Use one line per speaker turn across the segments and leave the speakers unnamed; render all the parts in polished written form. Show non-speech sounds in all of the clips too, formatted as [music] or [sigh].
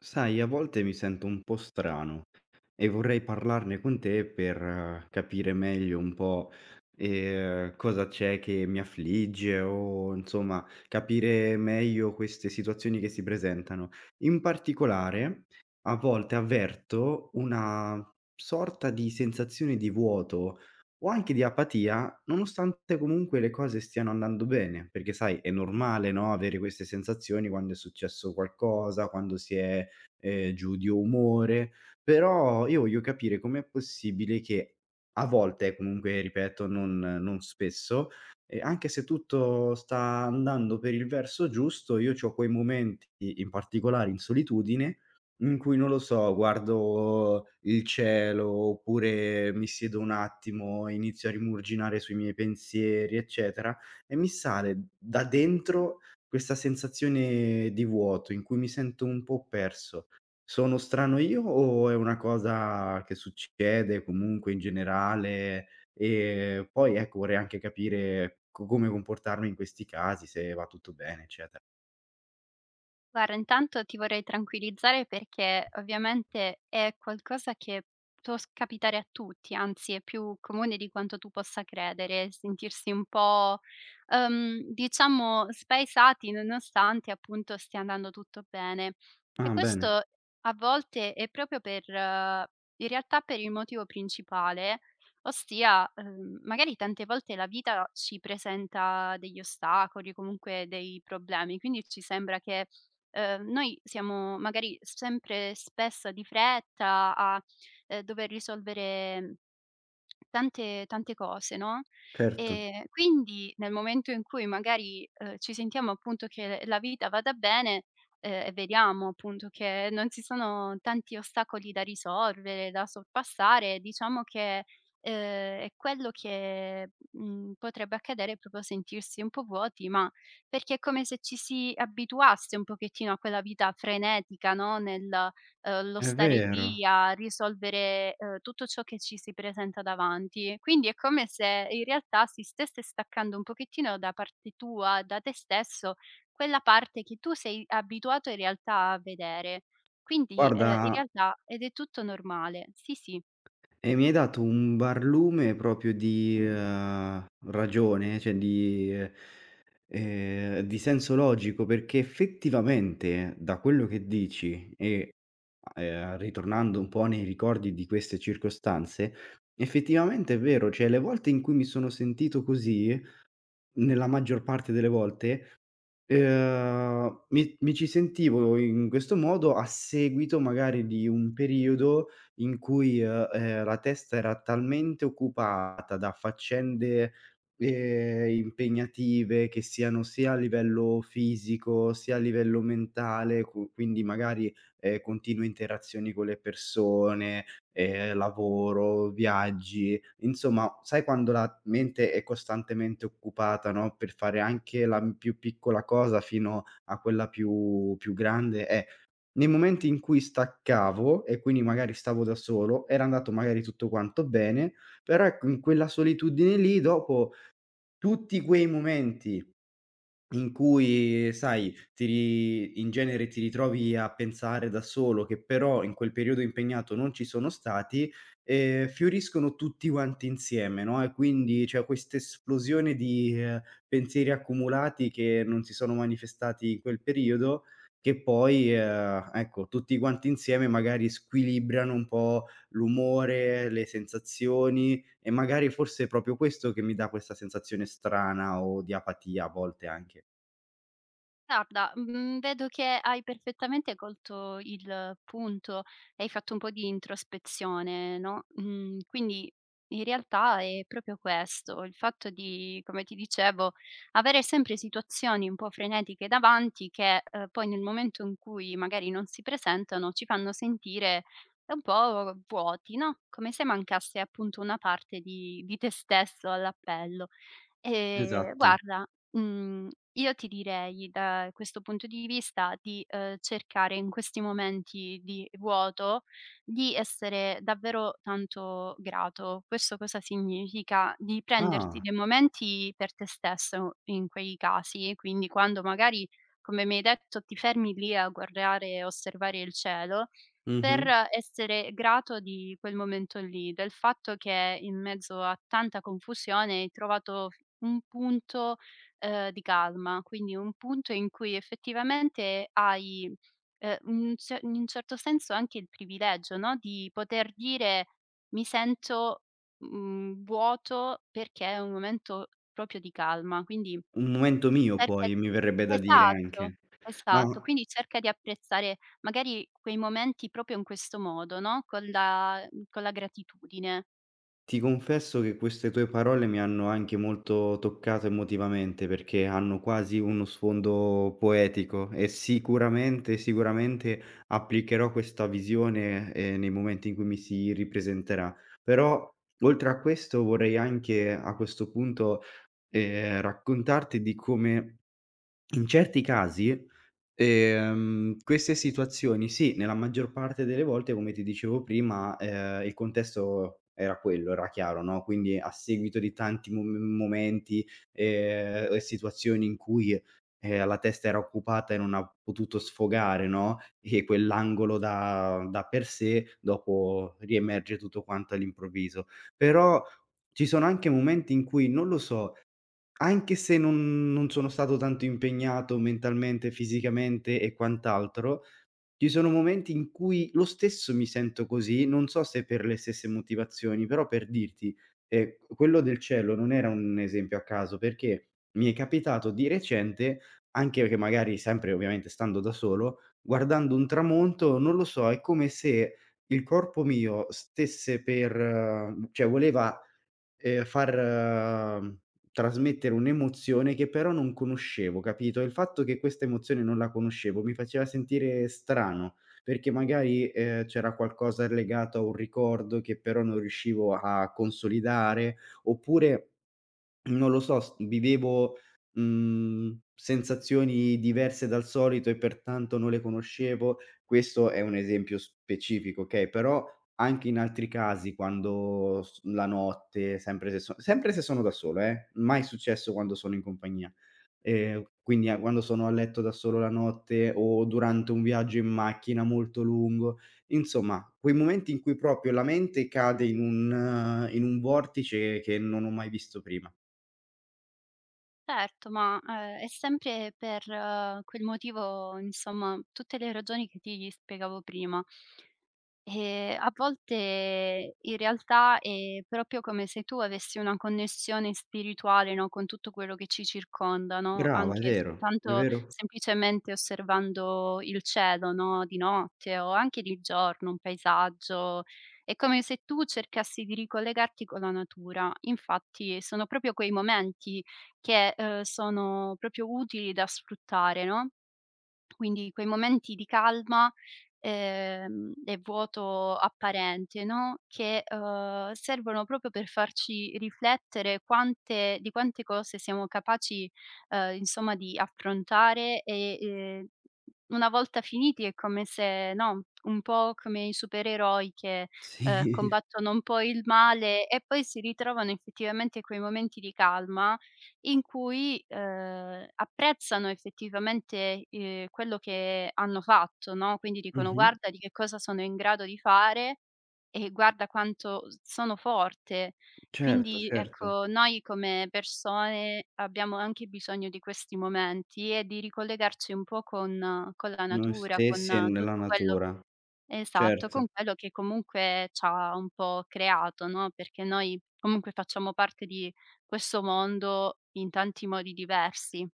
Sai, a volte mi sento un po' strano e vorrei parlarne con te per capire meglio un po' cosa c'è che mi affligge o insomma capire meglio queste situazioni che si presentano. In particolare, a volte avverto una sorta di sensazione di vuoto o anche di apatia, nonostante comunque le cose stiano andando bene, perché sai, è normale, no, avere queste sensazioni quando è successo qualcosa, quando si è giudio, umore, però io voglio capire com'è possibile che a volte, comunque ripeto non spesso, anche se tutto sta andando per il verso giusto, io c'ho quei momenti, in particolare in solitudine, in cui non lo so, guardo il cielo, oppure mi siedo un attimo, inizio a rimuginare sui miei pensieri, eccetera, e mi sale da dentro questa sensazione di vuoto in cui mi sento un po' perso. Sono strano io o è una cosa che succede comunque in generale? E poi, ecco, vorrei anche capire co come comportarmi in questi casi, se va tutto bene, eccetera.
Guarda, intanto ti vorrei tranquillizzare perché ovviamente è qualcosa che può capitare a tutti, anzi è più comune di quanto tu possa credere, sentirsi un po', diciamo, spaesati nonostante appunto stia andando tutto bene. E
Ah,
questo
bene,
a volte è proprio per, in realtà per il motivo principale, ossia magari tante volte la vita ci presenta degli ostacoli, comunque dei problemi, quindi ci sembra che noi siamo magari sempre spesso di fretta a, dover risolvere tante cose, no,
certo,
quindi nel momento in cui magari, ci sentiamo appunto che la vita vada bene, e vediamo appunto che non ci sono tanti ostacoli da risolvere, da sorpassare, diciamo che, uhm, è quello che, potrebbe accadere proprio sentirsi un po' vuoti, ma perché è come se ci si abituasse un pochettino a quella vita frenetica, no, nel lo
è
stare
vero.
lì a risolvere, tutto ciò che ci si presenta davanti. Quindi è come se in realtà si stesse staccando un pochettino da parte tua, da te stesso, quella parte che tu sei abituato in realtà a vedere. Quindi,
Guarda,
in realtà ed è tutto normale. Sì, sì.
e mi hai dato un barlume proprio di, ragione, cioè di senso logico, perché effettivamente da quello che dici e, ritornando un po' nei ricordi di queste circostanze, effettivamente è vero, cioè le volte in cui mi sono sentito così, nella maggior parte delle volte mi ci sentivo in questo modo a seguito magari di un periodo in cui, la testa era talmente occupata da faccende, impegnative che siano sia a livello fisico, sia a livello mentale, cu quindi magari, continue interazioni con le persone, lavoro, viaggi. Insomma, sai quando la mente è costantemente occupata, no, per fare anche la più piccola cosa fino a quella più grande? Nei momenti in cui staccavo e quindi magari stavo da solo, era andato magari tutto quanto bene, però ecco in quella solitudine lì dopo tutti quei momenti in cui, sai, ti ri in genere ti ritrovi a pensare da solo, che però in quel periodo impegnato non ci sono stati, fioriscono tutti quanti insieme, no, e quindi c'è questa esplosione di, pensieri accumulati che non si sono manifestati in quel periodo, che poi, ecco, tutti quanti insieme magari squilibrano un po' l'umore, le sensazioni e magari forse è proprio questo che mi dà questa sensazione strana o di apatia a volte anche.
Guarda, vedo che hai perfettamente colto il punto, hai fatto un po' di introspezione, no, quindi in realtà è proprio questo, il fatto di, come ti dicevo, avere sempre situazioni un po' frenetiche davanti che, poi nel momento in cui magari non si presentano ci fanno sentire un po' vuoti, no, come se mancasse appunto una parte di te stesso all'appello.
Esatto.
Guarda, io ti direi da questo punto di vista di, cercare in questi momenti di vuoto, di essere davvero tanto grato. Questo cosa significa? Di prenderti
Ah,
dei momenti per te stesso in quei casi, quindi quando magari, come mi hai detto, ti fermi lì a guardare e osservare il cielo
mh-mh.
per essere grato di quel momento lì, del fatto che in mezzo a tanta confusione hai trovato f un punto, di calma, quindi un punto in cui effettivamente hai, un ce in un certo senso anche il privilegio, no, di poter dire: "Mi sento, vuoto perché è un momento proprio di calma." Quindi
Un momento mio
cerca
poi,
di
mi verrebbe da dire
esatto,
anche. Ma
esatto. Quindi cerca di apprezzare magari quei momenti proprio in questo modo, no, con la con la gratitudine.
ti confesso che queste tue parole mi hanno anche molto toccato emotivamente, perché hanno quasi uno sfondo poetico e sicuramente, sicuramente applicherò questa visione, nei momenti in cui mi si ripresenterà. Però oltre a questo vorrei anche a questo punto, raccontarti di come in certi casi queste situazioni sì, nella maggior parte delle volte, come ti dicevo prima, il contesto era quello, era chiaro, no, quindi a seguito di tanti momenti, e situazioni in cui, la testa era occupata e non ha potuto sfogare, no, e quell'angolo da per sé, dopo riemerge tutto quanto all'improvviso. Però ci sono anche momenti in cui, non lo so, anche se non sono stato tanto impegnato mentalmente, fisicamente e quant'altro, ci sono momenti in cui lo stesso mi sento così, non so se per le stesse motivazioni, però per dirti, quello del cielo non era un esempio a caso, perché mi è capitato di recente, anche perché magari sempre ovviamente stando da solo, guardando un tramonto, non lo so, è come se il corpo mio stesse per cioè voleva far trasmettere un'emozione che però non conoscevo, capito? E il fatto che questa emozione non la conoscevo mi faceva sentire strano, perché magari, c'era qualcosa legato a un ricordo che però non riuscivo a consolidare, oppure non lo so, s vivevo, mhmm, sensazioni diverse dal solito e pertanto non le conoscevo. Questo è un esempio specifico, okay, però anche in altri casi quando s la notte, sempre se sono da solo mai successo quando sono in compagnia. Quindi a quando sono a letto da solo la notte o durante un viaggio in macchina molto lungo, insomma quei momenti in cui proprio la mente cade in un vortice che non ho mai visto prima.
Certo, ma, è sempre per quel motivo, insomma, tutte le ragioni che ti spiegavo prima. A volte in realtà è proprio come se tu avessi una connessione spirituale, no, con tutto quello che ci circonda, no,
Brava, è
anche
vero, è
soltanto
vero.
semplicemente osservando il cielo, no, di notte o anche di giorno, un paesaggio. È come se tu cercassi di ricollegarti con la natura. Infatti sono proprio quei momenti che, sono proprio utili da sfruttare, no? Quindi quei momenti di calma, e vuoto apparente, no, che, servono proprio per farci riflettere quante di quante cose siamo capaci, insomma di affrontare e, una volta finiti è come se no, un po' come i supereroi che,
[laughs] Sì,
combattono un po' il male e poi si ritrovano effettivamente quei momenti di calma in cui, apprezzano effettivamente, quello che hanno fatto, no, quindi dicono:
mh-mh.
"Guarda di che cosa sono in grado di fare e guarda quanto s sono forte".
Certo,
Quindi,
certo.
ecco, noi come persone abbiamo anche bisogno di questi momenti e di ricollegarci un po' con la
Noi
natura, con
stessi e nella
tutto quello
natura,
esatto,
certo.
con quello che comunque c'ha un po' creato, no, perché noi comunque facciamo parte di questo mondo in tanti modi diversi.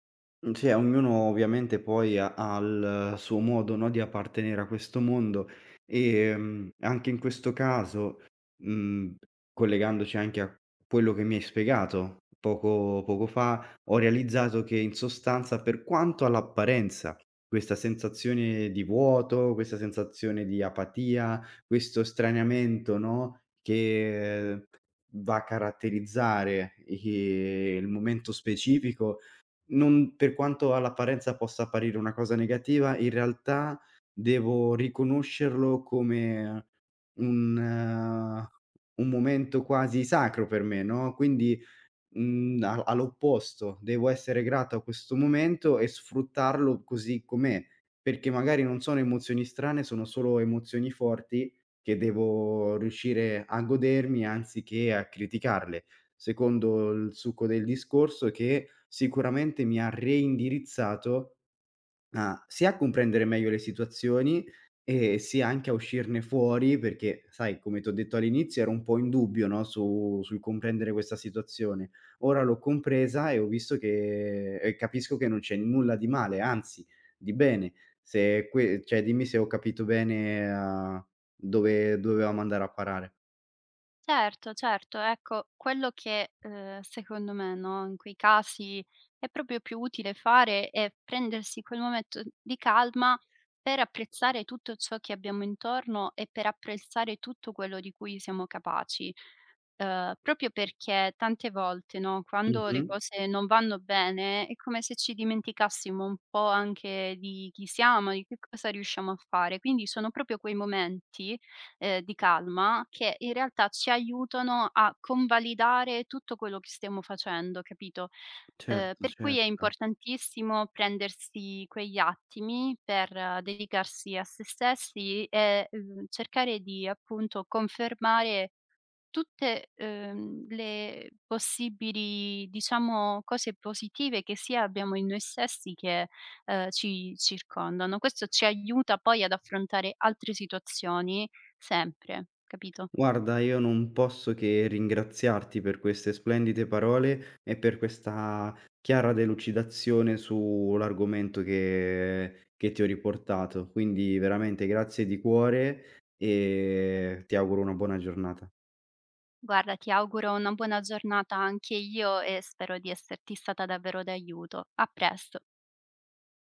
Mhmm, sì, ognuno ovviamente poi ha il suo modo, no, di appartenere a questo mondo. Anche in questo caso, mhmm, collegandoci anche a quello che mi hai spiegato poco fa, ho realizzato che in sostanza, per quanto all'apparenza, questa sensazione di vuoto, questa sensazione di apatia, questo straniamento, no, che va a caratterizzare i il momento specifico non per quanto all'apparenza possa apparire una cosa negativa, in realtà devo riconoscerlo come un eh, un momento quasi sacro per me, no, quindi mhmm, a all'opposto, devo essere grato a questo momento e sfruttarlo così com'è, perché magari non sono emozioni strane, sono solo emozioni forti che devo riuscire a godermi anziché a criticarle. Secondo il succo del discorso che sicuramente mi ha reindirizzato. Ah, sia a comprendere meglio le situazioni, e sia anche a uscirne fuori perché, sai, come t'ho detto all'inizio, ero un po' in dubbio, no, su sul comprendere questa situazione. Ora l'ho compresa e ho visto che e capisco che non c'è nulla di male, anzi di bene. Se que cioè dimmi se ho capito bene, dove dovevamo andare a parare.
Certo, certo. Ecco, quello che, secondo me, no, in quei casi è proprio più utile fare è prendersi quel momento di calma per apprezzare tutto ciò che abbiamo intorno e per apprezzare tutto quello di cui siamo capaci. Proprio perché tante volte, no, quando
Mh-mh.
le cose non vanno bene è come se ci dimenticassimo un po' anche di chi siamo, di che cosa riusciamo a fare. Quindi sono proprio quei momenti di calma che in realtà ci aiutano a convalidare tutto quello che stiamo facendo, capito?
Certo,
Per cui è
certo.
importantissimo prendersi quegli attimi per dedicarsi a se stessi e, cercare di appunto confermare tutte, le possibili, diciamo, cose positive che sia abbiamo in noi stessi che, ci circondano. Questo ci aiuta poi ad affrontare altre situazioni sempre, capito?
Guarda, io non posso che ringraziarti per queste splendide parole e per questa chiara delucidazione sull'argomento che ti ho riportato. Quindi veramente grazie di cuore e ti auguro una buona giornata.
Guarda, ti auguro una buona giornata anche io e spero di esserti stata davvero d'aiuto. A presto.